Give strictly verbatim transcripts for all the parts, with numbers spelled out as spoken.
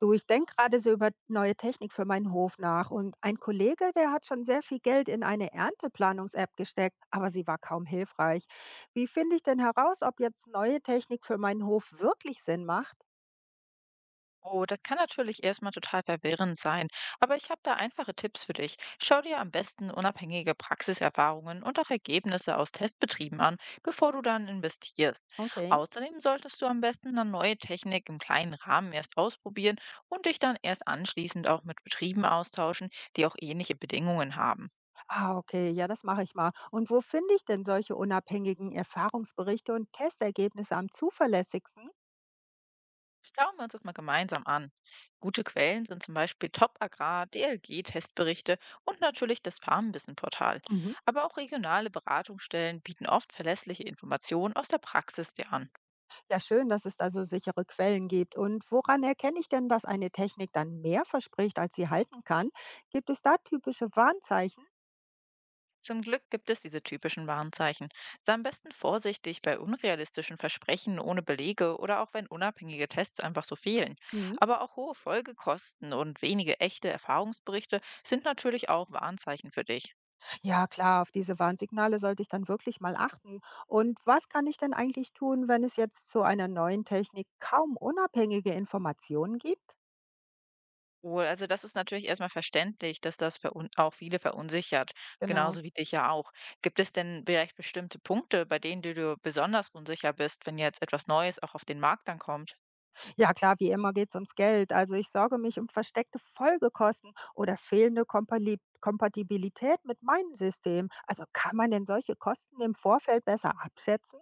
Du, ich denke gerade so über neue Technik für meinen Hof nach. Und ein Kollege, der hat schon sehr viel Geld in eine Ernteplanungs-App gesteckt, aber sie war kaum hilfreich. Wie finde ich denn heraus, ob jetzt neue Technik für meinen Hof wirklich Sinn macht? Oh, das kann natürlich erstmal total verwirrend sein, aber ich habe da einfache Tipps für dich. Schau dir am besten unabhängige Praxiserfahrungen und auch Ergebnisse aus Testbetrieben an, bevor du dann investierst. Okay. Außerdem solltest du am besten dann neue Technik im kleinen Rahmen erst ausprobieren und dich dann erst anschließend auch mit Betrieben austauschen, die auch ähnliche Bedingungen haben. Ah, okay, ja, das mache ich mal. Und wo finde ich denn solche unabhängigen Erfahrungsberichte und Testergebnisse am zuverlässigsten? Schauen wir uns das mal gemeinsam an. Gute Quellen sind zum Beispiel Top Agrar, D L G-Testberichte und natürlich das Farmwissen-Portal. Mhm. Aber auch regionale Beratungsstellen bieten oft verlässliche Informationen aus der Praxis dir an. Ja, schön, dass es da so sichere Quellen gibt. Und woran erkenne ich denn, dass eine Technik dann mehr verspricht, als sie halten kann? Gibt es da typische Warnzeichen? Zum Glück gibt es diese typischen Warnzeichen. Sei am besten vorsichtig bei unrealistischen Versprechen ohne Belege oder auch wenn unabhängige Tests einfach so fehlen. Mhm. Aber auch hohe Folgekosten und wenige echte Erfahrungsberichte sind natürlich auch Warnzeichen für dich. Ja, klar, auf diese Warnsignale sollte ich dann wirklich mal achten. Und was kann ich denn eigentlich tun, wenn es jetzt zu einer neuen Technik kaum unabhängige Informationen gibt? Wohl, also das ist natürlich erstmal verständlich, dass das verun auch viele verunsichert, Genau. genauso wie dich ja auch. Gibt es denn vielleicht bestimmte Punkte, bei denen du dir besonders unsicher bist, wenn jetzt etwas Neues auch auf den Markt dann kommt? Ja, klar, wie immer geht es ums Geld. Also ich sorge mich um versteckte Folgekosten oder fehlende Kompali- Kompatibilität mit meinem System. Also kann man denn solche Kosten im Vorfeld besser abschätzen?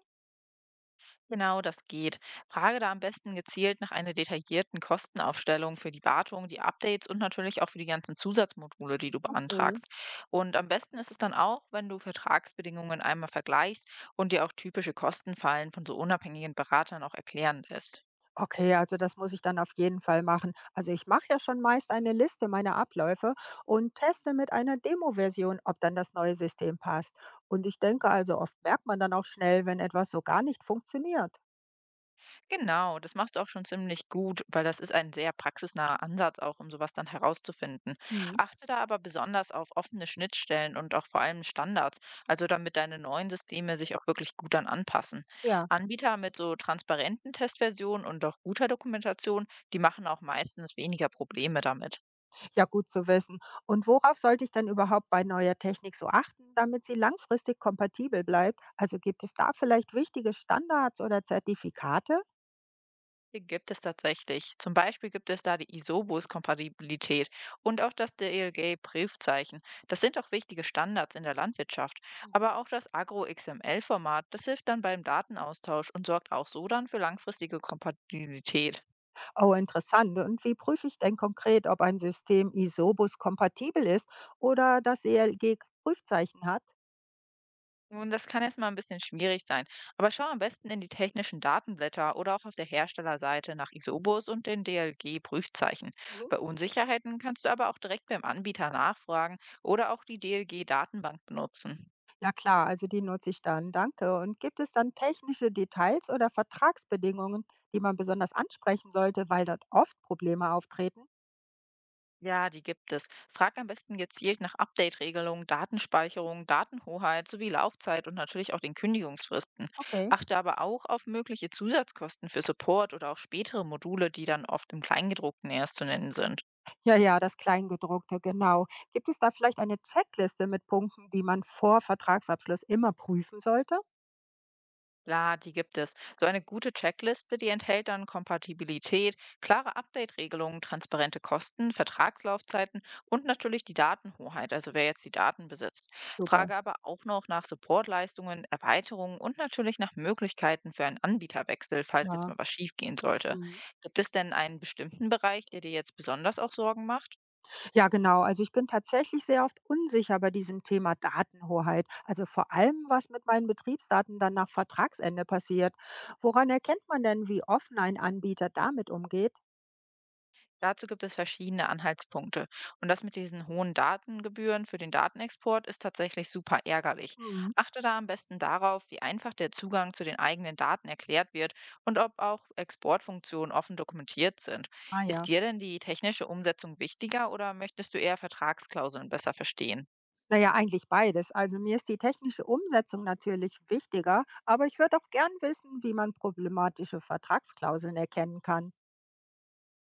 Genau, das geht. Frage da am besten gezielt nach einer detaillierten Kostenaufstellung für die Wartung, die Updates und natürlich auch für die ganzen Zusatzmodule, die du Okay. beantragst. Und am besten ist es dann auch, wenn du Vertragsbedingungen einmal vergleichst und dir auch typische Kostenfallen von so unabhängigen Beratern auch erklären lässt. Okay, also das muss ich dann auf jeden Fall machen. Also ich mache ja schon meist eine Liste meiner Abläufe und teste mit einer Demo-Version, ob dann das neue System passt. Und ich denke also, oft merkt man dann auch schnell, wenn etwas so gar nicht funktioniert. Genau, das machst du auch schon ziemlich gut, weil das ist ein sehr praxisnaher Ansatz auch, um sowas dann herauszufinden. Hm, Achte da aber besonders auf offene Schnittstellen und auch vor allem Standards, also damit deine neuen Systeme sich auch wirklich gut dann anpassen. ja, Anbieter mit so transparenten Testversionen und auch guter Dokumentation, die machen auch meistens weniger Probleme damit. ja, gut zu wissen. Und worauf sollte ich dann überhaupt bei neuer Technik so achten, damit sie langfristig kompatibel bleibt? Also gibt es da vielleicht wichtige Standards oder Zertifikate? Die gibt es tatsächlich. Zum Beispiel gibt es da die Isobus-Kompatibilität und auch das D L G-Briefzeichen. Das sind auch wichtige Standards in der Landwirtschaft. Mhm. Aber auch das Agro-X M L-Format, das hilft dann beim Datenaustausch und sorgt auch so dann für langfristige Kompatibilität. Oh, interessant. Und wie prüfe ich denn konkret, ob ein System ISOBUS kompatibel ist oder das E L G-Prüfzeichen hat? Nun, das kann erstmal ein bisschen schwierig sein, aber schau am besten in die technischen Datenblätter oder auch auf der Herstellerseite nach Isobus und den D L G-Prüfzeichen. Mhm. Bei Unsicherheiten kannst du aber auch direkt beim Anbieter nachfragen oder auch die D L G-Datenbank benutzen. Ja klar, also die nutze ich dann. Danke. Und gibt es dann technische Details oder Vertragsbedingungen, die man besonders ansprechen sollte, weil dort oft Probleme auftreten? Ja, die gibt es. Frag am besten gezielt nach Update-Regelungen, Datenspeicherung, Datenhoheit sowie Laufzeit und natürlich auch den Kündigungsfristen. Okay. Achte aber auch auf mögliche Zusatzkosten für Support oder auch spätere Module, die dann oft im Kleingedruckten erst zu nennen sind. Ja, ja, das Kleingedruckte, genau. Gibt es da vielleicht eine Checkliste mit Punkten, die man vor Vertragsabschluss immer prüfen sollte? Klar, die gibt es. So eine gute Checkliste, die enthält dann Kompatibilität, klare Update-Regelungen, transparente Kosten, Vertragslaufzeiten und natürlich die Datenhoheit, also wer jetzt die Daten besitzt. Super, Frage aber auch noch nach Supportleistungen, Erweiterungen und natürlich nach Möglichkeiten für einen Anbieterwechsel, falls jetzt klar. mal was schiefgehen sollte. Mhm. Gibt es denn einen bestimmten Bereich, der dir jetzt besonders auch Sorgen macht? Ja, genau. Also ich bin tatsächlich sehr oft unsicher bei diesem Thema Datenhoheit. Also vor allem, was mit meinen Betriebsdaten dann nach Vertragsende passiert. Woran erkennt man denn, wie offen ein Anbieter damit umgeht? Dazu gibt es verschiedene Anhaltspunkte. Und das mit diesen hohen Datengebühren für den Datenexport ist tatsächlich super ärgerlich. Hm, Achte da am besten darauf, wie einfach der Zugang zu den eigenen Daten erklärt wird und ob auch Exportfunktionen offen dokumentiert sind. ah Ist ja. dir denn die technische Umsetzung wichtiger oder möchtest du eher Vertragsklauseln besser verstehen? Naja, eigentlich beides. Also mir ist die technische Umsetzung natürlich wichtiger, aber ich würde auch gern wissen, wie man problematische Vertragsklauseln erkennen kann.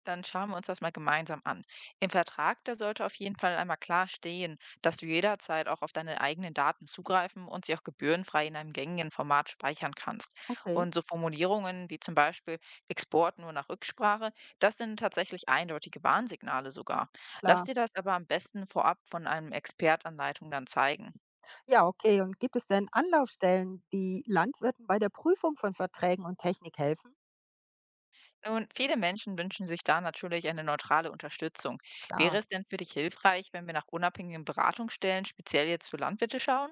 Dann schauen wir uns das mal gemeinsam an. Im Vertrag, da sollte auf jeden Fall einmal klar stehen, dass du jederzeit auch auf deine eigenen Daten zugreifen und sie auch gebührenfrei in einem gängigen Format speichern kannst. Okay, Und so Formulierungen wie zum Beispiel „Export nur nach Rücksprache“, das sind tatsächlich eindeutige Warnsignale sogar. Lass klar. dir das aber am besten vorab von einem Expertanleitung dann zeigen. Ja, okay. Und gibt es denn Anlaufstellen, die Landwirten bei der Prüfung von Verträgen und Technik helfen? Nun, viele Menschen wünschen sich da natürlich eine neutrale Unterstützung. Klar. Wäre es denn für dich hilfreich, wenn wir nach unabhängigen Beratungsstellen speziell jetzt für Landwirte schauen?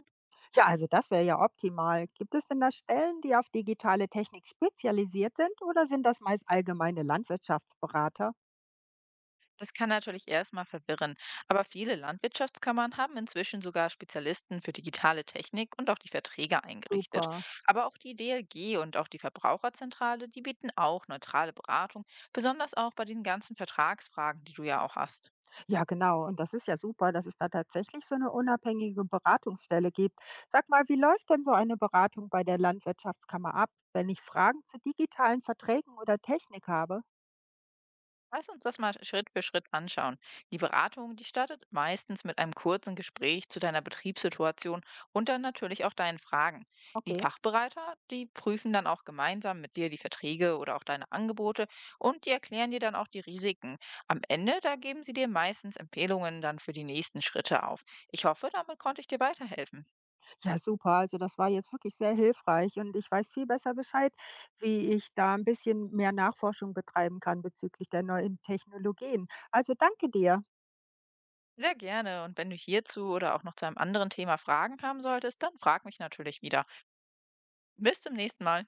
Ja, also das wäre ja optimal. Gibt es denn da Stellen, die auf digitale Technik spezialisiert sind oder sind das meist allgemeine Landwirtschaftsberater? Das kann natürlich erstmal verwirren, aber viele Landwirtschaftskammern haben inzwischen sogar Spezialisten für digitale Technik und auch die Verträge eingerichtet. Super. Aber auch die D L G und auch die Verbraucherzentrale, die bieten auch neutrale Beratung, besonders auch bei diesen ganzen Vertragsfragen, die du ja auch hast. Ja, genau. Und das ist ja super, dass es da tatsächlich so eine unabhängige Beratungsstelle gibt. Sag mal, wie läuft denn so eine Beratung bei der Landwirtschaftskammer ab, wenn ich Fragen zu digitalen Verträgen oder Technik habe? Lass uns das mal Schritt für Schritt anschauen. Die Beratung, die startet meistens mit einem kurzen Gespräch zu deiner Betriebssituation und dann natürlich auch deinen Fragen. Die Okay. Fachbereiter, die prüfen dann auch gemeinsam mit dir die Verträge oder auch deine Angebote und die erklären dir dann auch die Risiken. Am Ende, da geben sie dir meistens Empfehlungen dann für die nächsten Schritte auf. Ich hoffe, damit konnte ich dir weiterhelfen. Ja, super. Also das war jetzt wirklich sehr hilfreich und ich weiß viel besser Bescheid, wie ich da ein bisschen mehr Nachforschung betreiben kann bezüglich der neuen Technologien. Also danke dir. Sehr gerne. Und wenn du hierzu oder auch noch zu einem anderen Thema Fragen haben solltest, dann frag mich natürlich wieder. Bis zum nächsten Mal.